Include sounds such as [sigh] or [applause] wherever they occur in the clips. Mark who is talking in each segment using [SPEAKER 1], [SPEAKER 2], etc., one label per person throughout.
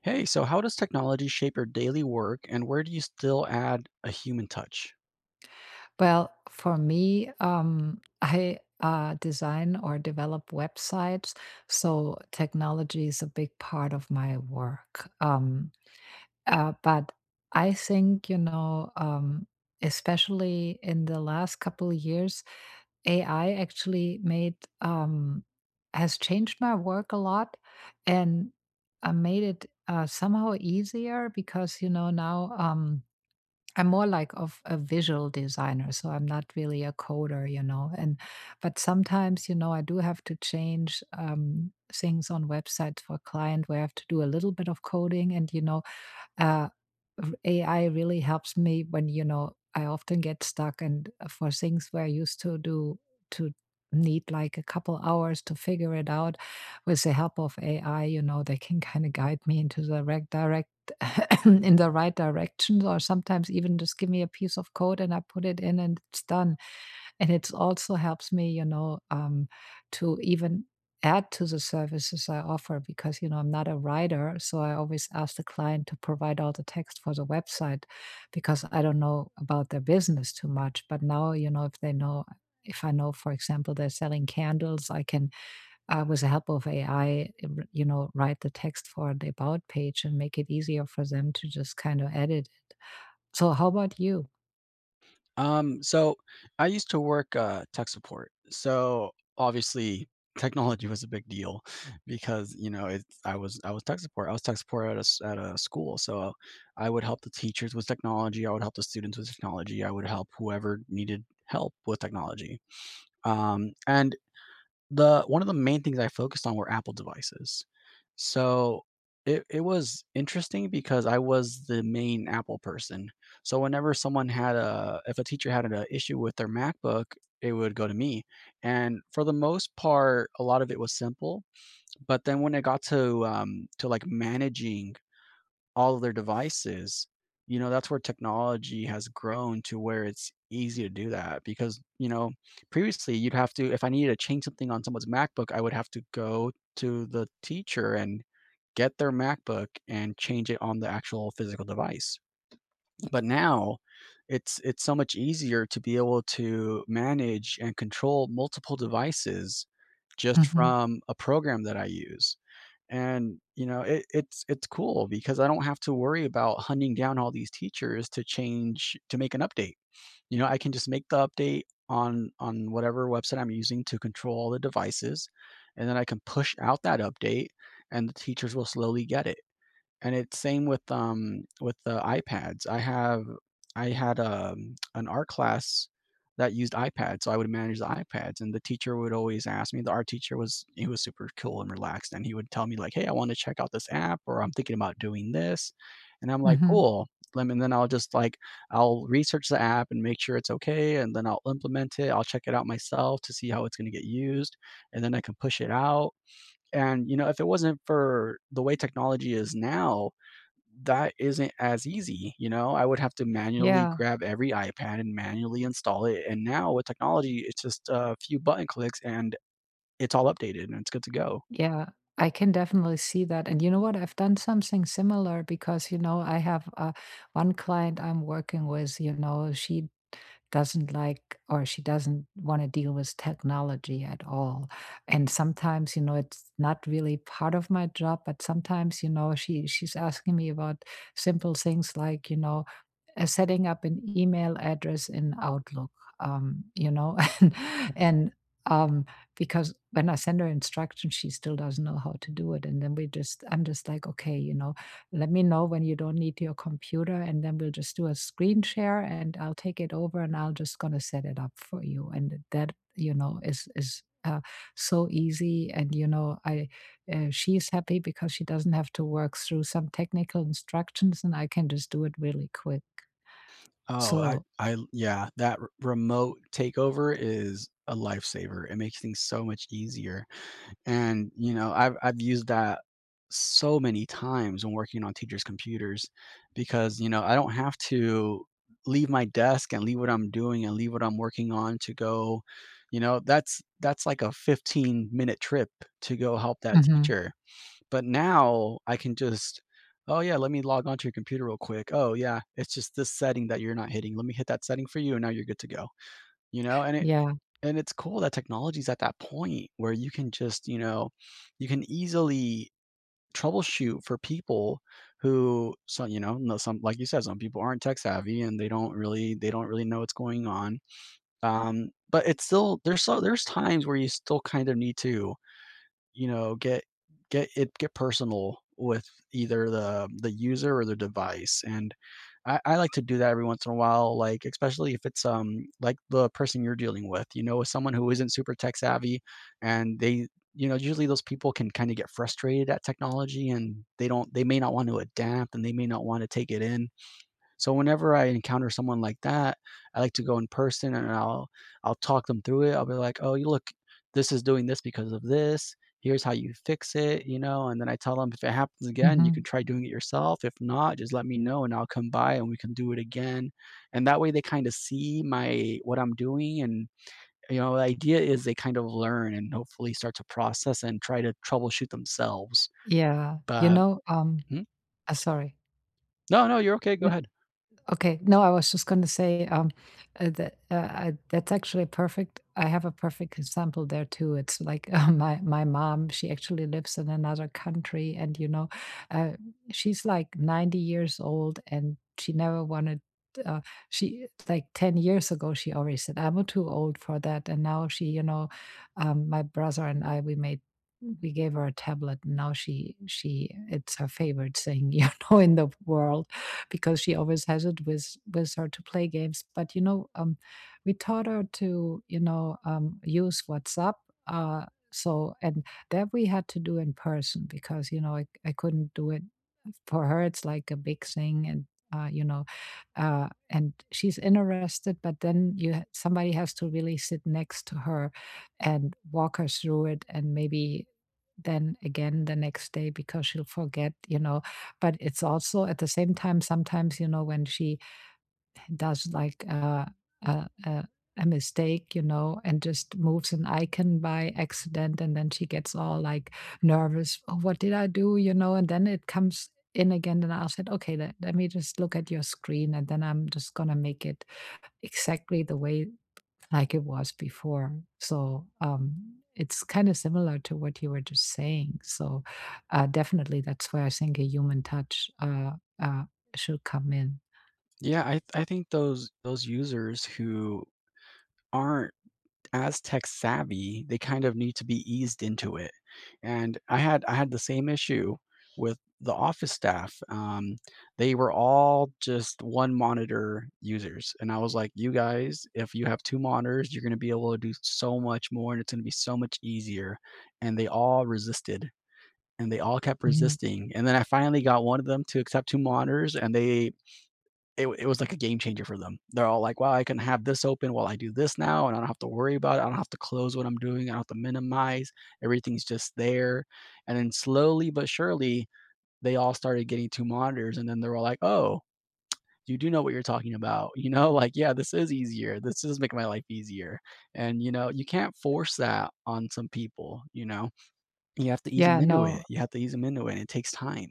[SPEAKER 1] Hey, so how does technology shape your daily work and where do you still add a human touch?
[SPEAKER 2] Well, for me, [laughs] I design or develop websites, so technology is a big part of my work. But I think, especially in the last couple of years, AI actually made um, has changed my work a lot, and made it somehow easier because you know now. I'm more like of a visual designer, so I'm not really a coder, you know. And but sometimes, you know, I do have to change things on websites for client where I have to do a little bit of coding, and uh, AI really helps me when, you know, I often get stuck and for things where I used to need like a couple hours to figure it out with the help of AI, you know, they can kind of guide me into the right direct [coughs] in the right directions, or sometimes even just give me a piece of code and I put it in and it's done. And it also helps me, you know, to even add to the services I offer because, you know, I'm not a writer. So I always ask the client to provide all the text for the website because I don't know about their business too much. But now, if I know, for example, they're selling candles, I can, with the help of AI, you know, write the text for the about page and make it easier for them to just kind of edit it. So, how about you?
[SPEAKER 1] So I used to work tech support. So obviously [laughs] technology was a big deal because, you know, I was tech support. I was tech support at a school. So I would help the teachers with technology. I would help the students with technology. I would help whoever needed help with technology. And The one of the main things I focused on were Apple devices. So, it was interesting because I was the main Apple person. So, whenever someone had a if a teacher had an issue with their MacBook, it would go to me, and for the most part, a lot of it was simple, but then when it got to, like, managing all of their devices. You know, that's where technology has grown to where it's easy to do that because, you know, previously you'd have to if I needed to change something on someone's MacBook, I would have to go to the teacher and get their MacBook and change it on the actual physical device. But now it's so much easier to be able to manage and control multiple devices just
[SPEAKER 2] Hmm.
[SPEAKER 1] from a program that I use. And, you know, it's cool because I don't have to worry about hunting down all these teachers to change to make an update. You know, I can just make the update on whatever website I'm using to control all the devices, and then I can push out that update and the teachers will slowly get it. And it's same with the iPads. I had an art class that used iPads, so I would manage the iPads, and the teacher would always ask me the art teacher was super cool and relaxed, and he would tell me like, "Hey, I wanna check out this app," or, "I'm thinking about doing this," and I'm like,
[SPEAKER 2] Hmm.
[SPEAKER 1] "Cool." Lemme and Then I'll just, like, I'll research the app and make sure it's okay, and then I'll implement it, I'll check it out myself to see how it's gonna get used, and then I can push it out, and, you know, if it wasn't for the way technology is now that isn't as easy, you know? I would have to manually
[SPEAKER 2] Yeah.
[SPEAKER 1] grab every iPad and manually install it, and now with technology, it's just a few button clicks and it's all updated and it's good to go.
[SPEAKER 2] Yeah, I can definitely see that. And you know what? I've done something similar because, you know, I have one client I'm working with, you know, she doesn't like or she doesn't want to deal with technology at all. And sometimes, you know, it's not really part of my job, but sometimes, you know, she's asking me about simple things like, you know, setting up an email address in Outlook. You know, [laughs] and um, because when I send her instructions, she still doesn't know how to do it. And then I'm just like, okay, you know, let me know when you don't need your computer and then we'll just do a screen share and I'll take it over and I'll just gonna set it up for you. And that, you know, is so easy. And you know, I she's happy because she doesn't have to work through some technical instructions and I can just do it really quick.
[SPEAKER 1] Oh, I
[SPEAKER 2] So,
[SPEAKER 1] I yeah, that r remote takeover is a lifesaver. It makes things so much easier. And, you know, I've used that so many times when working on teachers' computers because, you know, I don't have to leave my desk and leave what I'm doing and leave what I'm working on to go, you know, that's like a 15-minute trip to go help that
[SPEAKER 2] mhm.
[SPEAKER 1] teacher. But now I can just, "Oh, yeah, let me log onto your computer real quick. Oh, yeah, it's just this setting that you're not hitting. Let me hit that setting for you, and now you're good to go." You know,
[SPEAKER 2] Yeah,
[SPEAKER 1] and it's cool that technology's at that point where you can just, you know, you can easily troubleshoot for people who so, you know, no, some like you said, some people aren't tech savvy and they don't really know what's going on. But it's still there's times where you still kind of need to you know, get personal with either the user or the device. And I like to do that every once in a while, like especially if it's like the person you're dealing with, you know, with someone who isn't super tech savvy and they you know, usually those people can kind of get frustrated at technology and they may not want to adapt and they may not want to take it in so whenever I encounter someone like that, I like to go in person and I'll talk them through it. I'll be like, "Oh, you look, this is doing this because of this. Here's how you fix it," you know, and then I tell them, "If it happens again, you can
[SPEAKER 2] mhm.
[SPEAKER 1] try doing it yourself. If not, just let me know and I'll come by and we can do it again." And that way they kind of see my what I'm doing and you know, the idea is they kind of learn and hopefully start to process and try to troubleshoot themselves.
[SPEAKER 2] Yeah,
[SPEAKER 1] But— Mhm.
[SPEAKER 2] sorry.
[SPEAKER 1] No, no, you're okay. Go ahead.
[SPEAKER 2] Okay. No, I was just going to say that's actually perfect. I have a perfect example there too. It's like [laughs] my mom. She actually lives in another country, and you know, uh, she's like 90 years old, and she never wanted. Uh, she like 10 years ago she already said I'm too old for that, and now she you know my brother and I we gave her a tablet, and now she it's her favorite thing [laughs] you know in the world because she always has it with her to play games. But you know, we taught her to you know use WhatsApp. Uh, and that we had to do in person because you know I couldn't do it for her. It's like a big thing, and you know, and she's interested. But then somebody has to really sit next to her and walk her through it, and maybe then again the next day because she'll forget you know. But it's also at the same time sometimes you know when she does like a a mistake you know, and just moves an icon by accident, and then she gets all like nervous, oh, what did I do you know, and then it comes in again and I said okay, let me just look at your screen and then I'm just gonna make it exactly the way like it was before. So it's kind of similar to what you were just saying. So definitely, that's where I think a human touch uh, should come in.
[SPEAKER 1] Yeah, I think those users who aren't as tech savvy, they kind of need to be eased into it. And I had the same issue with the office staff. They were all just one monitor users, and I was like, "You guys, if you have two monitors, you're going to be able to do so much more, and it's going to be so much easier." And they all resisted. And they all kept
[SPEAKER 2] Mhm.
[SPEAKER 1] resisting. And then I finally got one of them to accept two monitors, and they it was like a game changer for them. They're all like, "Wow, I can have this open while I do this now, and I don't have to worry about it. I don't have to close what I'm doing. I don't have to minimize. Everything's just there." And then slowly but surely, they all started getting two monitors, and then they were like, "Oh, you do know what you're talking about." [laughs] You know, like, "Yeah, this is easier. This is making my life easier." And, you know, you can't force that on some people, you know? You have to ease them
[SPEAKER 2] Yeah,
[SPEAKER 1] into it.
[SPEAKER 2] no,
[SPEAKER 1] You have to ease them into it, and it takes time.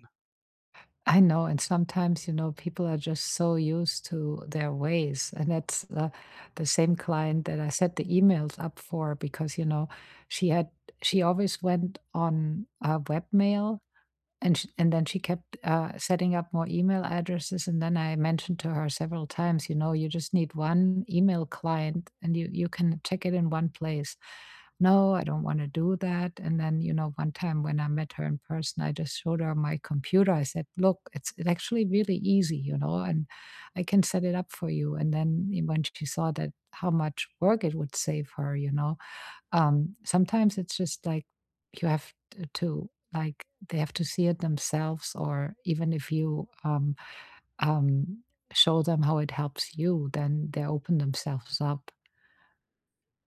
[SPEAKER 2] I know. And sometimes, you know, people are just so used to their ways. And that's the same client that I set the emails up for because, you know, she had, she always went on webmail. And sh and then she kept, setting up more email addresses, and then I mentioned to her several times, you know, "You just need 1 email client, and you can check it in one place." "No, I don't wanna do that." And then, you know, one time when I met her in person, I just showed her my computer. I said, "Look, it's actually really easy, you know, and I can set it up for you." And then, eh, when she saw that how much work it would save her, you know sometimes it's just like you have t to like, they have to see it themselves, or even if you, um, show them how it helps you, then they open themselves up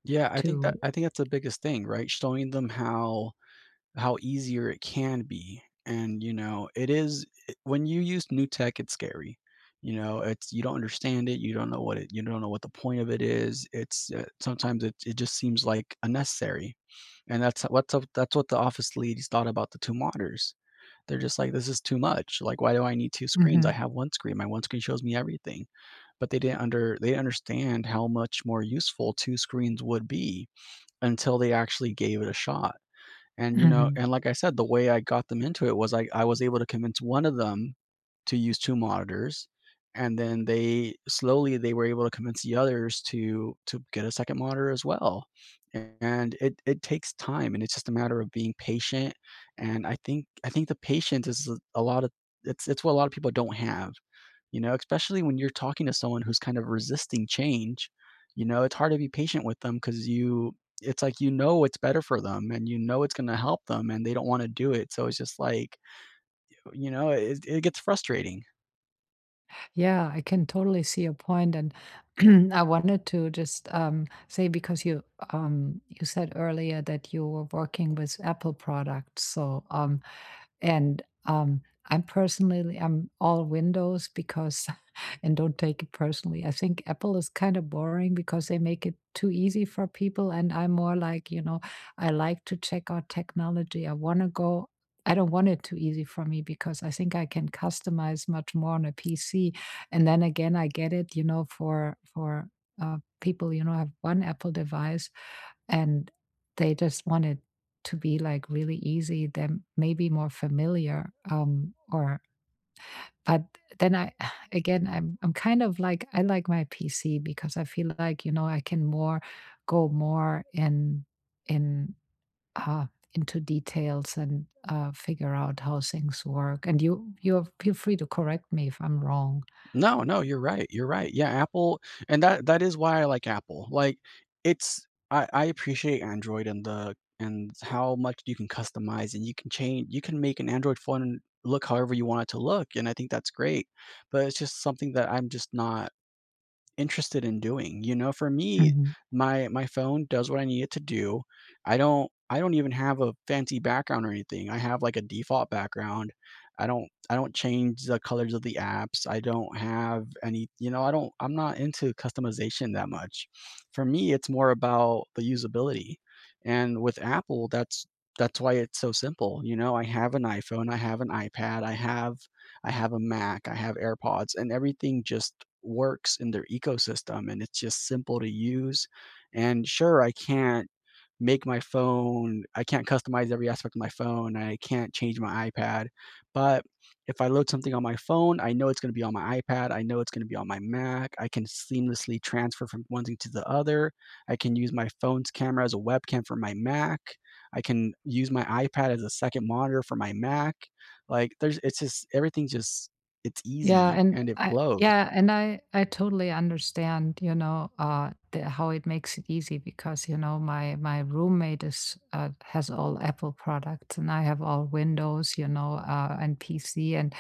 [SPEAKER 1] Yeah, I think that
[SPEAKER 2] to.
[SPEAKER 1] I think that's the biggest thing, right? Showing them how easier it can be. And, you know, it is it when you use new tech, it's scary. You know, it's you don't understand it, you don't know what it you don't know what the point of it is. It's sometimes it it just seems like unnecessary. And that's what the office leads thought about the two monitors. They're just like, "This is too much. Like, why do I need two screens? I
[SPEAKER 2] Mhm,
[SPEAKER 1] have one screen. My one screen shows me everything." But they didn't understand how much more useful two screens would be until they actually gave it a shot. And, you know,
[SPEAKER 2] mhm.
[SPEAKER 1] and like I said, the way I got them into it was I was able to convince one of them to use two monitors, and then they were able to convince the others to get a second monitor as well. And it takes time, and it's just a matter of being patient, and I think the patience is a lot of it's what a lot of people don't have. You know, especially when you're talking to someone who's kind of resisting change, you know, it's hard to be patient with them because you it's like you know it's better for them and you know it's going to help them and they don't want to do it. So it's just like, you know, it gets frustrating.
[SPEAKER 2] Yeah, I can totally see your point, and [clears throat] I wanted to just, say because you said earlier that you were working with Apple products, so, and, um, I'm personally I'm all Windows because and don't take it personally. I think Apple is kind of boring because they make it too easy for people. And I'm more like, you know, I like to check out technology. I want to go. I don't want it too easy for me because I think I can customize much more on a PC. And then again, I get it, you know, for people, you know, have one Apple device and they just want it to be like really easy. Then maybe more familiar or but then I [sighs] again I'm kind of like I like my PC because I feel like, you know, I can more go more in uh into details and figure out how things work. And you feel free to correct me if I'm wrong.
[SPEAKER 1] No, no, you're right, you're right. Yeah, Apple and that is why I like Apple. Like, it's I appreciate Android and the and how much you can customize and you can change you can make an Android phone look however you want it to look, and I think that's great. But it's just something that I'm just not interested in doing, you know? For me,
[SPEAKER 2] Mhm.
[SPEAKER 1] my phone does what I need it to do. I don't even have a fancy background or anything. I have like a default background. I don't change the colors of the apps. I don't have any, you know, I'm not into customization that much. For me, it's more about the usability. And with Apple, that's why it's so simple. You know, I have an iPhone, I have an iPad, I have a Mac, I have AirPods, and everything just works in their ecosystem and it's just simple to use. And sure, I can't make my phone, I can't customize every aspect of my phone, I can't change my iPad. But if I load something on my phone, I know it's going to be on my iPad, I know it's going to be on my Mac. I can seamlessly transfer from one thing to the other. I can use my phone's camera as a webcam for my Mac. I can use my iPad as a second monitor for my Mac. Like, there's it's just everything just it's easy and it flows.
[SPEAKER 2] Yeah, and I totally understand, you know, how it makes it easy because you know my roommate is has all Apple products and I have all Windows, you know, and PC, and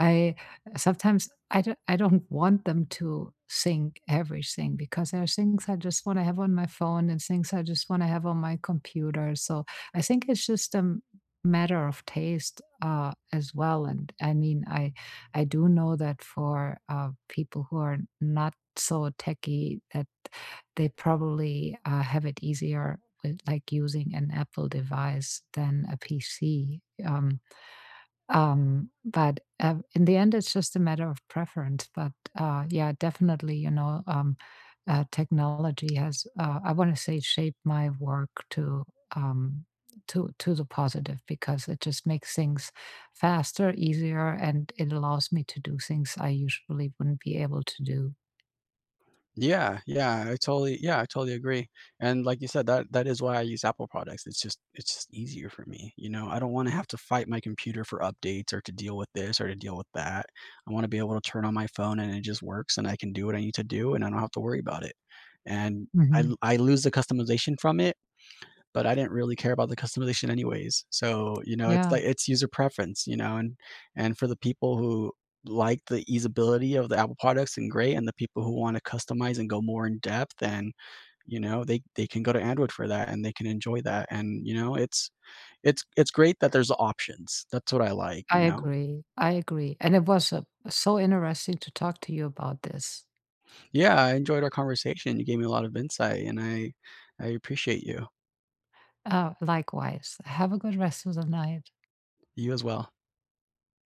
[SPEAKER 2] I sometimes I don't want them to sing everything because there are things I just wanna have on my phone and things I just wanna have on my computer, so I think it's just a m matter of taste, as well, and I mean, I do know that for, people who are not so techy that they probably, have it easier with, like, using an Apple device than a PC, in the end, it's just a matter of preference, but, yeah, definitely, you know, technology has, I wanna say shaped my work to, um, to the positive because it just makes things faster, easier, and it allows me to do things I usually wouldn't be able to do.
[SPEAKER 1] Yeah, yeah, I totally agree, and like you said, that is why I use Apple products. It's just easier for me, you know? I don't wanna have to fight my computer for updates or to deal with this or to deal with that. I wanna be able to turn on my phone and it just works and I can do what I need to do and I don't have to worry about it, and I l
[SPEAKER 2] Mhm.
[SPEAKER 1] I lose the customization from it but I didn't really care about the customization anyways. So, you know, it's
[SPEAKER 2] Yeah,
[SPEAKER 1] like it's user preference, you know, and for the people who like the easeability of the Apple products and great, and the people who want to customize and go more in depth and, you know, they can go to Android for that and they can enjoy that. And, you know, it's great that there's options. That's what I like, you know.
[SPEAKER 2] I agree, and it was, so interesting to talk to you about this.
[SPEAKER 1] Yeah, I enjoyed our conversation. You gave me a lot of insight and I appreciate you.
[SPEAKER 2] Likewise. Have a good rest of the night.
[SPEAKER 1] You as well.